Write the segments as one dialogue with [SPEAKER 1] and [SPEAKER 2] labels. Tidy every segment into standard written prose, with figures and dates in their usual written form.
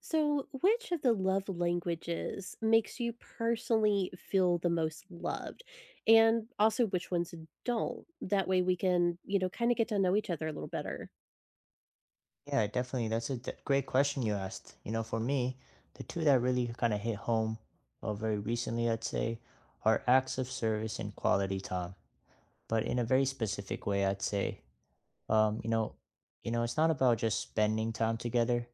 [SPEAKER 1] So, which of the love languages makes you personally feel the most loved? And also, which ones don't? That way, we can, kind of get to know each other a little better.
[SPEAKER 2] Yeah, definitely. That's a great question you asked. You know, for me, the two that really kind of hit home very recently, I'd say, are acts of service and quality time. But in a very specific way, I'd say, um, you know, you know, it's not about just spending time together,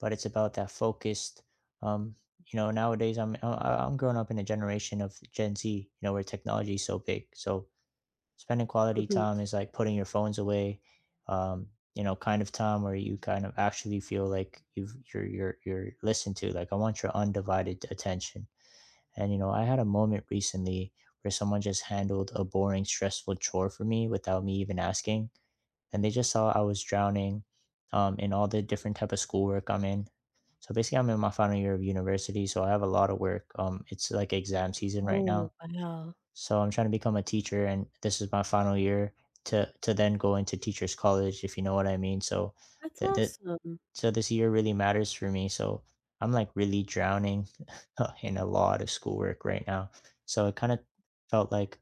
[SPEAKER 2] but it's about that focused. Um, you know, nowadays I'm growing up in a generation of Gen Z, you know, where technology is so big. So spending quality
[SPEAKER 1] Mhm.
[SPEAKER 2] time is like putting your phones away, um you know, kind of time where you kind of actually feel like you've you're listened to. Like I want your undivided attention. And you know, I had a moment recently where someone just handled a boring, stressful chore for me without me even asking, and they just saw I was drowning, in all the different type of schoolwork I'm in. So basically, I'm in my final year of university, so I have a lot of work. It's like exam season right
[SPEAKER 1] Oh,
[SPEAKER 2] now.
[SPEAKER 1] wow.
[SPEAKER 2] So I'm trying to become a teacher, and this is my final year to then go into teachers college, if you know what I mean. So
[SPEAKER 1] That's
[SPEAKER 2] that that
[SPEAKER 1] awesome.
[SPEAKER 2] so this year really matters for me. So I'm like really drowning in a lot of schoolwork right now. So it kind of felt like,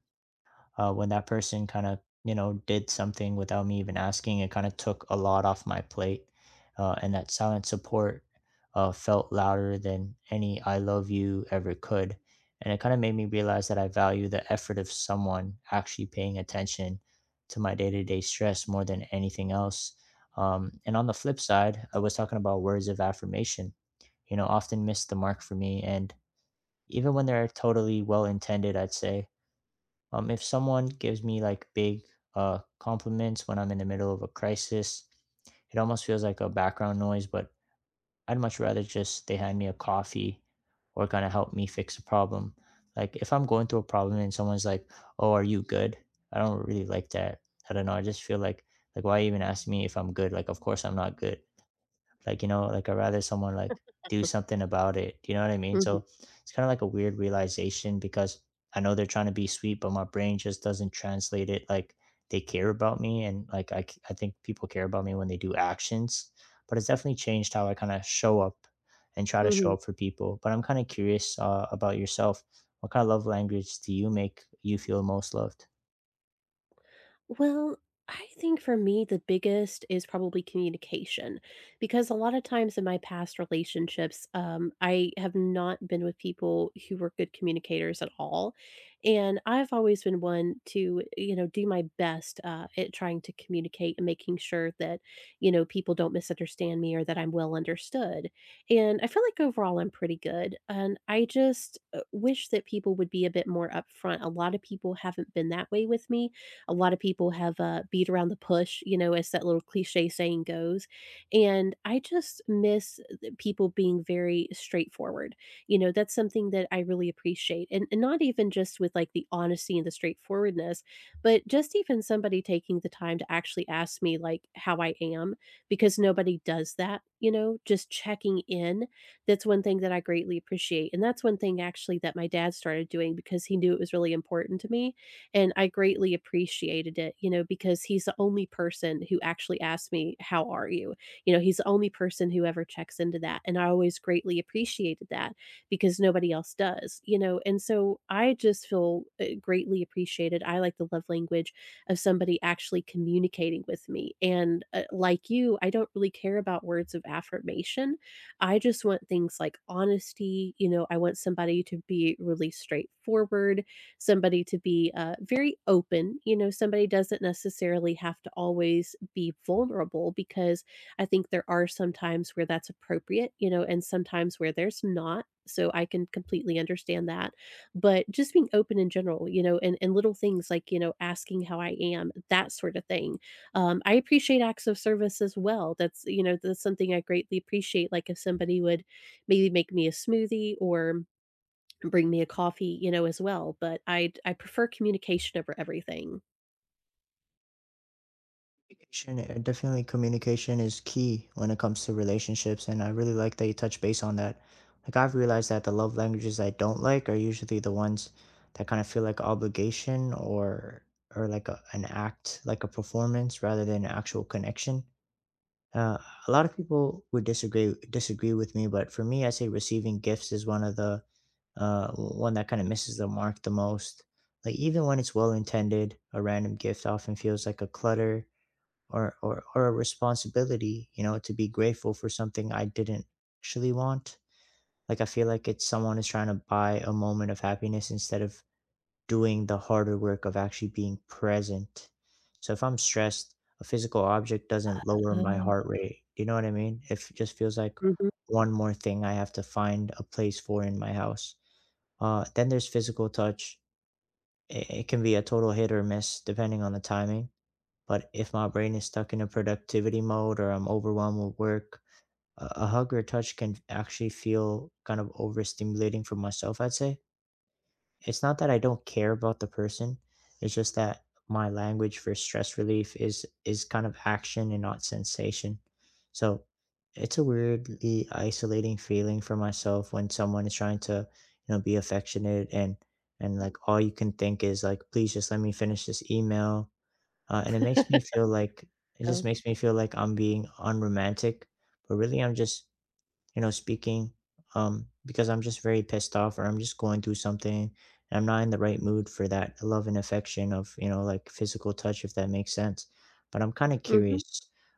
[SPEAKER 2] when that person kind of, you know, did something without me even asking, it kind of took a lot off my plate, and that silent support felt louder than any I love you ever could. And it kind of made me realize that I value the effort of someone actually paying attention to my day-to-day stress more than anything else. And on the flip side, I was talking about words of affirmation, you know, often miss the mark for me. And even when they're totally well intended, I'd say, if someone gives me like big compliments when I'm in the middle of a crisis, it almost feels like a background noise. But I'd much rather just they hand me a coffee or kind of help me fix a problem. Like if I'm going through a problem and someone's like, "Oh, are you good?" I don't really like that. I don't know. I just feel like, why even ask me if I'm good? Like of course I'm not good. Like you know, like I'd rather someone like do something about it, you know what I mean.
[SPEAKER 1] Mhm.
[SPEAKER 2] So it's kind of like a weird realization because I know they're trying to be sweet, but my brain just doesn't translate it like they care about me. And like I think people care about me when they do actions. But it's definitely changed how I kind of show up and try to show
[SPEAKER 1] Mhm.
[SPEAKER 2] up for people. But I'm kind of curious, about yourself, what kind of love language do you make you feel most loved.
[SPEAKER 1] Well, I think for me, the biggest is probably communication because a lot of times in my past relationships, I have not been with people who were good communicators at all. And I've always been one to, do my best at trying to communicate and making sure that, people don't misunderstand me or that I'm well understood. And I feel like overall I'm pretty good. And I just wish that people would be a bit more upfront. A lot of people haven't been that way with me. A lot of people have beat around the push, as that little cliche saying goes. And I just miss people being very straightforward. That's something that I really appreciate. And not even just with like the honesty and the straightforwardness, but just even somebody taking the time to actually ask me like how I am, because nobody does that, just checking in. That's one thing that I greatly appreciate. And that's one thing actually that my dad started doing because he knew it was really important to me and I greatly appreciated it, because he's the only person who actually asked me, "How are you?" He's the only person who ever checks into that, and I always greatly appreciated that because nobody else does. And so I just feel greatly appreciated. I like the love language of somebody actually communicating with me. And like you, I don't really care about words of affirmation. I just want things like honesty. I want somebody to be really straightforward. Somebody to be very open. Somebody doesn't necessarily have to always be vulnerable because I think there are some times where that's appropriate, and sometimes where there's not. So I can completely understand that. But just being open in general, and little things like, asking how I am, that sort of thing. I appreciate acts of service as well. That's something I greatly appreciate. Like if somebody would maybe make me a smoothie or and bring me a coffee, as well, but I prefer communication over everything.
[SPEAKER 2] Communication, definitely communication is key when it comes to relationships, and I really like that you touch base on that. Like I've realized that the love languages I don't like are usually the ones that kind of feel like obligation or like an act, like a performance rather than actual connection. Uh, a lot of people would disagree with me, but for me, I say receiving gifts is one of the one that kind of misses the mark the most. Like even when it's well intended, a random gift often feels like a clutter, or, or a responsibility, you know, to be grateful for something I didn't actually want. Like I feel like it's someone is trying to buy a moment of happiness instead of doing the harder work of actually being present. So if I'm stressed, a physical object doesn't lower my heart
[SPEAKER 1] Oh.
[SPEAKER 2] rate, you know what I mean. If it just feels like
[SPEAKER 1] Mhm.
[SPEAKER 2] one more thing I have to find a place for in my house. Then there's physical touch. It can be a total hit or miss depending on the timing. But if my brain is stuck in a productivity mode or I'm overwhelmed with work, a hug or a touch can actually feel kind of overstimulating for myself, I'd say. It's not that I don't care about the person, it's just that my language for stress relief is kind of action and not sensation. So it's a weirdly isolating feeling for myself when someone is trying to, you know, be affectionate, and like all you can think is like, please just let me finish this email, and it makes me feel like, it
[SPEAKER 1] Yeah.
[SPEAKER 2] just makes me feel like I'm being unromantic, but really I'm just, you know, speaking because I'm just very pissed off, or I'm just going through something, and I'm not in the right mood for that love and affection of, you know, like physical touch, if that makes sense. But I'm kind of
[SPEAKER 1] Mhm.
[SPEAKER 2] curious.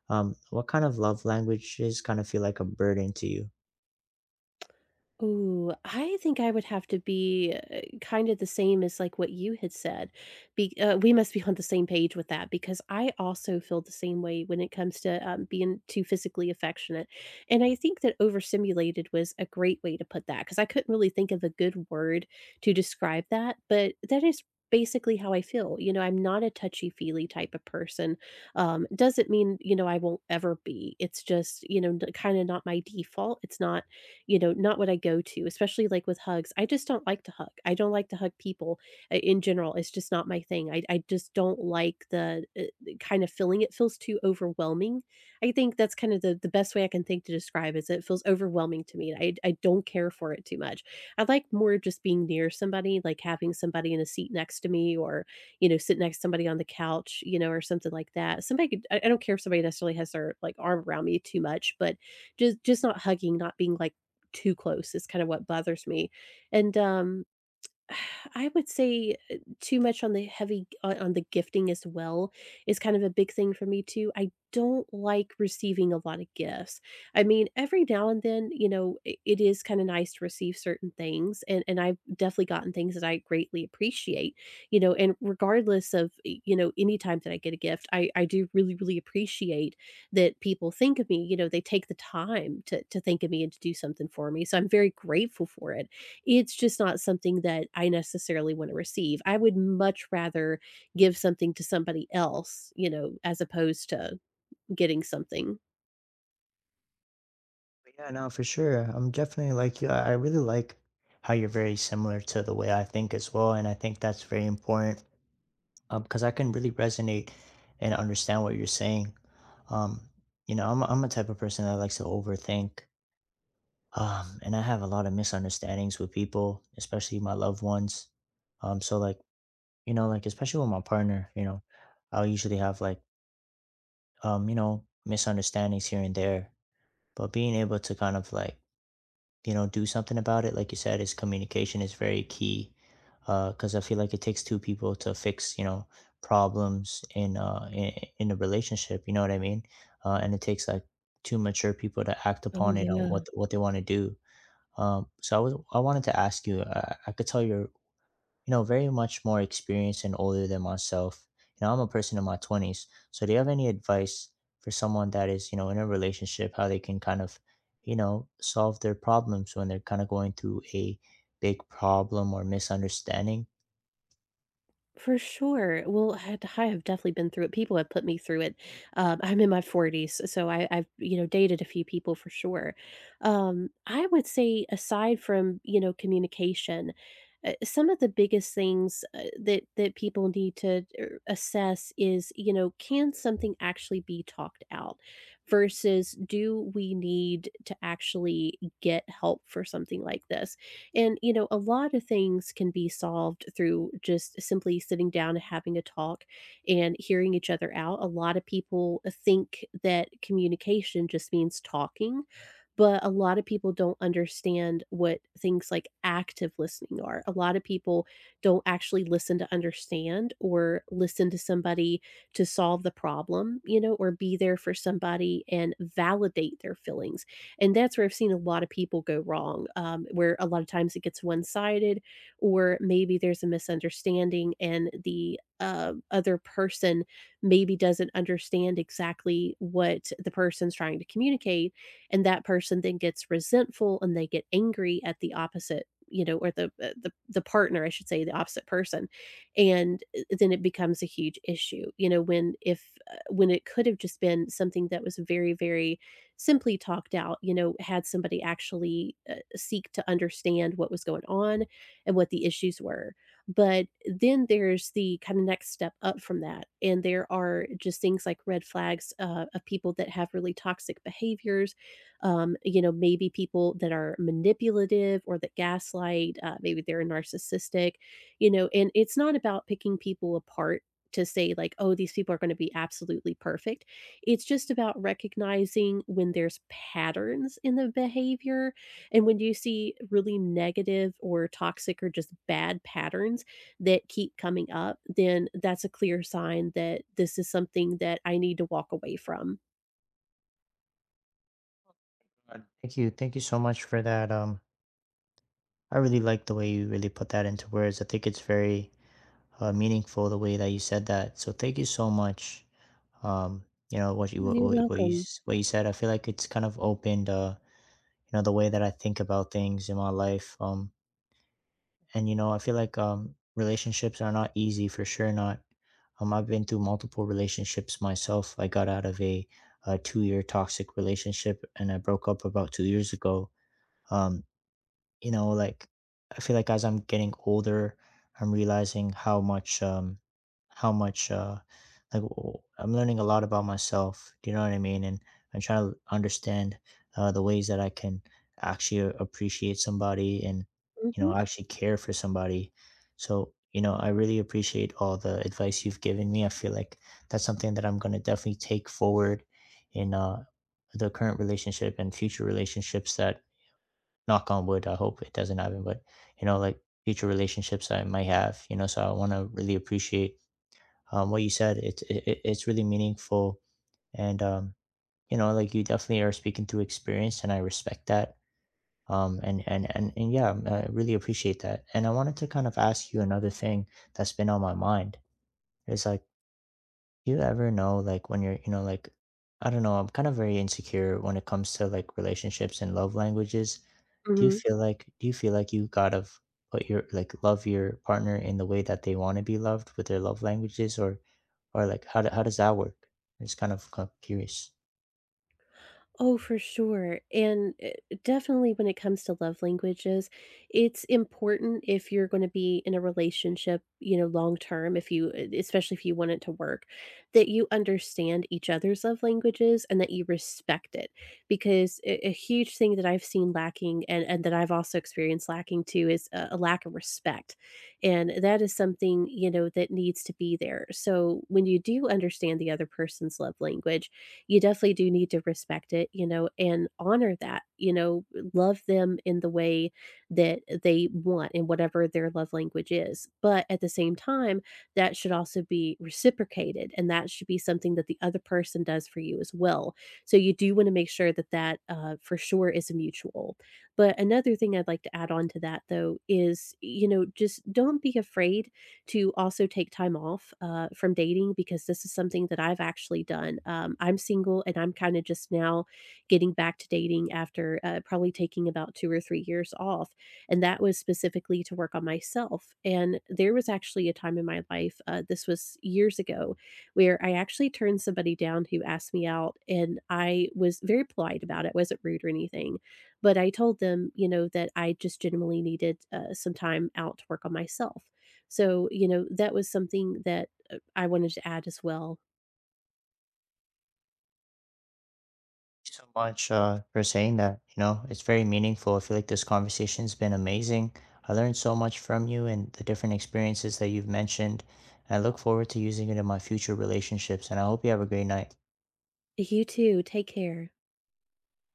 [SPEAKER 2] What kind of love languages kind of feel like a burden to you?
[SPEAKER 1] Ooh, I think I would have to be, kind of the same as, like, what you had said. Be we must be on the same page with that because I also feel the same way when it comes to, being too physically affectionate, and I think that overstimulated was a great way to put that because I couldn't really think of a good word to describe that, but that is basically how I feel. I'm not a touchy-feely type of person. Doesn't mean, I won't ever be. It's just, kinda not my default. It's not, not what I go to, especially like with hugs. I just don't like to hug. I don't like to hug people in general. It's just not my thing. I just don't like the kind of feeling. It feels too overwhelming. I think that's kind of the best way I can think to describe is it feels overwhelming to me. I don't care for it too much. I like more just being near somebody, like having somebody in a seat next to me or, sit next to somebody on the couch, or something like that. I don't care if somebody necessarily has their like arm around me too much, but just not hugging, not being like too close is kind of what bothers me. And I would say, too much on the heavy on the gifting as well is kind of a big thing for me too. I don't like receiving a lot of gifts. I mean, every now and then, I it is kinda nice to receive certain things, and I've definitely gotten things that I greatly appreciate, and regardless of, any time that I get a gift, I do really, really appreciate that people think of me, they take the time to think of me and to do something for me, so I'm very grateful for it. It's just not something that I necessarily want to receive. I would much rather give something to somebody else, as opposed to getting something.
[SPEAKER 2] But yeah, no, for sure. I'm definitely like you. I really like how you're very similar to the way I think as well. And I think that's very important, because I can really resonate and understand what you're saying. Um, you know, I'm a type of person that likes to overthink, and I have a lot of misunderstandings with people, especially my loved ones. So like, you know, like especially with my partner, you know, I'll usually have like you know, misunderstandings here and there. But being able to kind of like, you know, do something about it, like you said, is communication is very key. Because I feel like it takes two people to fix, you know, problems in in a relationship. You know what I mean? And it takes like two mature people to act
[SPEAKER 1] Oh,
[SPEAKER 2] upon it on
[SPEAKER 1] yeah.
[SPEAKER 2] what they want to do. So I wanted to ask you. I could tell you're, you know, very much more experienced and older than myself. You know, I'm a person in my 20s. So, do you have any advice for someone that is, you know, in a relationship, how they can kind of, you know, solve their problems when they're kind of going through a big problem or misunderstanding?
[SPEAKER 1] For sure. Well, I have definitely been through it. People have put me through it. I'm in my 40s, so I've dated a few people for sure. I would say aside from communication, some of the biggest things that people need to assess is can something actually be talked out versus do we need to actually get help for something like this and, a lot of things can be solved through just simply sitting down and having a talk and hearing each other out. A lot of people think that communication just means talking, but a lot of people don't understand what things like active listening are. A lot of people don't actually listen to understand or listen to somebody to solve the problem, or be there for somebody and validate their feelings and that's where I've seen a lot of people go wrong, where a lot of times it gets one sided, or maybe there's a misunderstanding and the other person maybe doesn't understand exactly what the person's trying to communicate. And that person then gets resentful and they get angry at the opposite or the the partner I should say the opposite person and then it becomes a huge issue when if when it could have just been something that was very very simply talked out, had somebody actually seek to understand what was going on and what the issues were. But then there's the kind of next step up from that. And there are just things like red flags of people that have really toxic behaviors. Maybe people that are manipulative or that gaslight, maybe they're narcissistic, and it's not about picking people apart to say like oh these people are going to be absolutely perfect. It's just about recognizing when there's patterns in the behavior, and when you see really negative or toxic or just bad patterns that keep coming up, then that's a clear sign that this is something that I need to walk away from.
[SPEAKER 2] Thank you. Thank you so much for that. I really like the way you really put that into words. I think it's very meaningful the way that you said that. So, thank you so much. Um, you know
[SPEAKER 1] You're
[SPEAKER 2] what you
[SPEAKER 1] welcome.
[SPEAKER 2] what you said. I feel like it's kind of opened, you know, the way that I think about things in my life. And you know, I feel like relationships are not easy for sure, not. I've been through multiple relationships myself. I got out of a 2 year toxic relationship, and I broke up about 2 years ago. um you know, like, I feel like as I'm getting older, I'm realizing how much, like I'm learning a lot about myself. Do you know what I mean? And I'm trying to understand the ways that I can actually appreciate somebody and, you
[SPEAKER 1] Mhm,
[SPEAKER 2] know, actually care for somebody. So, you know, I really appreciate all the advice you've given me. I feel like that's something that I'm going to definitely take forward in the current relationship and future relationships that, knock on wood, I hope it doesn't happen, but you know, like future relationships I might have, you know, so I want to really appreciate what you said. It's it's really meaningful, and you know, like you definitely are speaking through experience, and I respect that. And yeah, I really appreciate that. And I wanted to kind of ask you another thing that's been on my mind. It's like, do you ever know, like, when you're, you know, like, I don't know, I'm kind of very insecure when it comes to like relationships and love languages. Do you
[SPEAKER 1] mhm.
[SPEAKER 2] feel like, do you feel like you put your, like, love your partner in the way that they want to be loved with their love languages, or like, how, how does that work? I'm just kind of curious.
[SPEAKER 1] Oh, for sure. And definitely when it comes to love languages, it's important if you're going to be in a relationship, long term, if you, eh, especially if you want it to work, that you understand each other's love languages and that you respect it. Because a huge thing that I've seen lacking and that I've also experienced lacking too is a lack of respect. And that is something, that needs to be there. So when you do understand the other person's love language, you definitely do need to respect it, and honor that, love them in the way that they want in whatever their love language is. But at the same time, that should also be reciprocated and that should be something that the other person does for you as well. So you do want to make sure that for sure is mutual. But another thing I'd like to add on to that though is, just don't be afraid to also take time off from dating because this is something that I've actually done. I'm single and I'm kind of just now getting back to dating after probably taking about 2 or 3 years off. And that was specifically to work on myself. And there was actually a time in my life, this was years ago, where I actually turned somebody down who asked me out. And I was very polite about it, wasn't rude or anything. But I told them, that I just genuinely needed some time out to work on myself. So, that was something that, I wanted to add as well.
[SPEAKER 2] So much, for saying that. You know, it's very meaningful. I feel like this conversation's been amazing. I learned so much from you and the different experiences that you've mentioned. I look forward to using it in my future relationships, and I hope you have a great night.
[SPEAKER 1] You too, take care.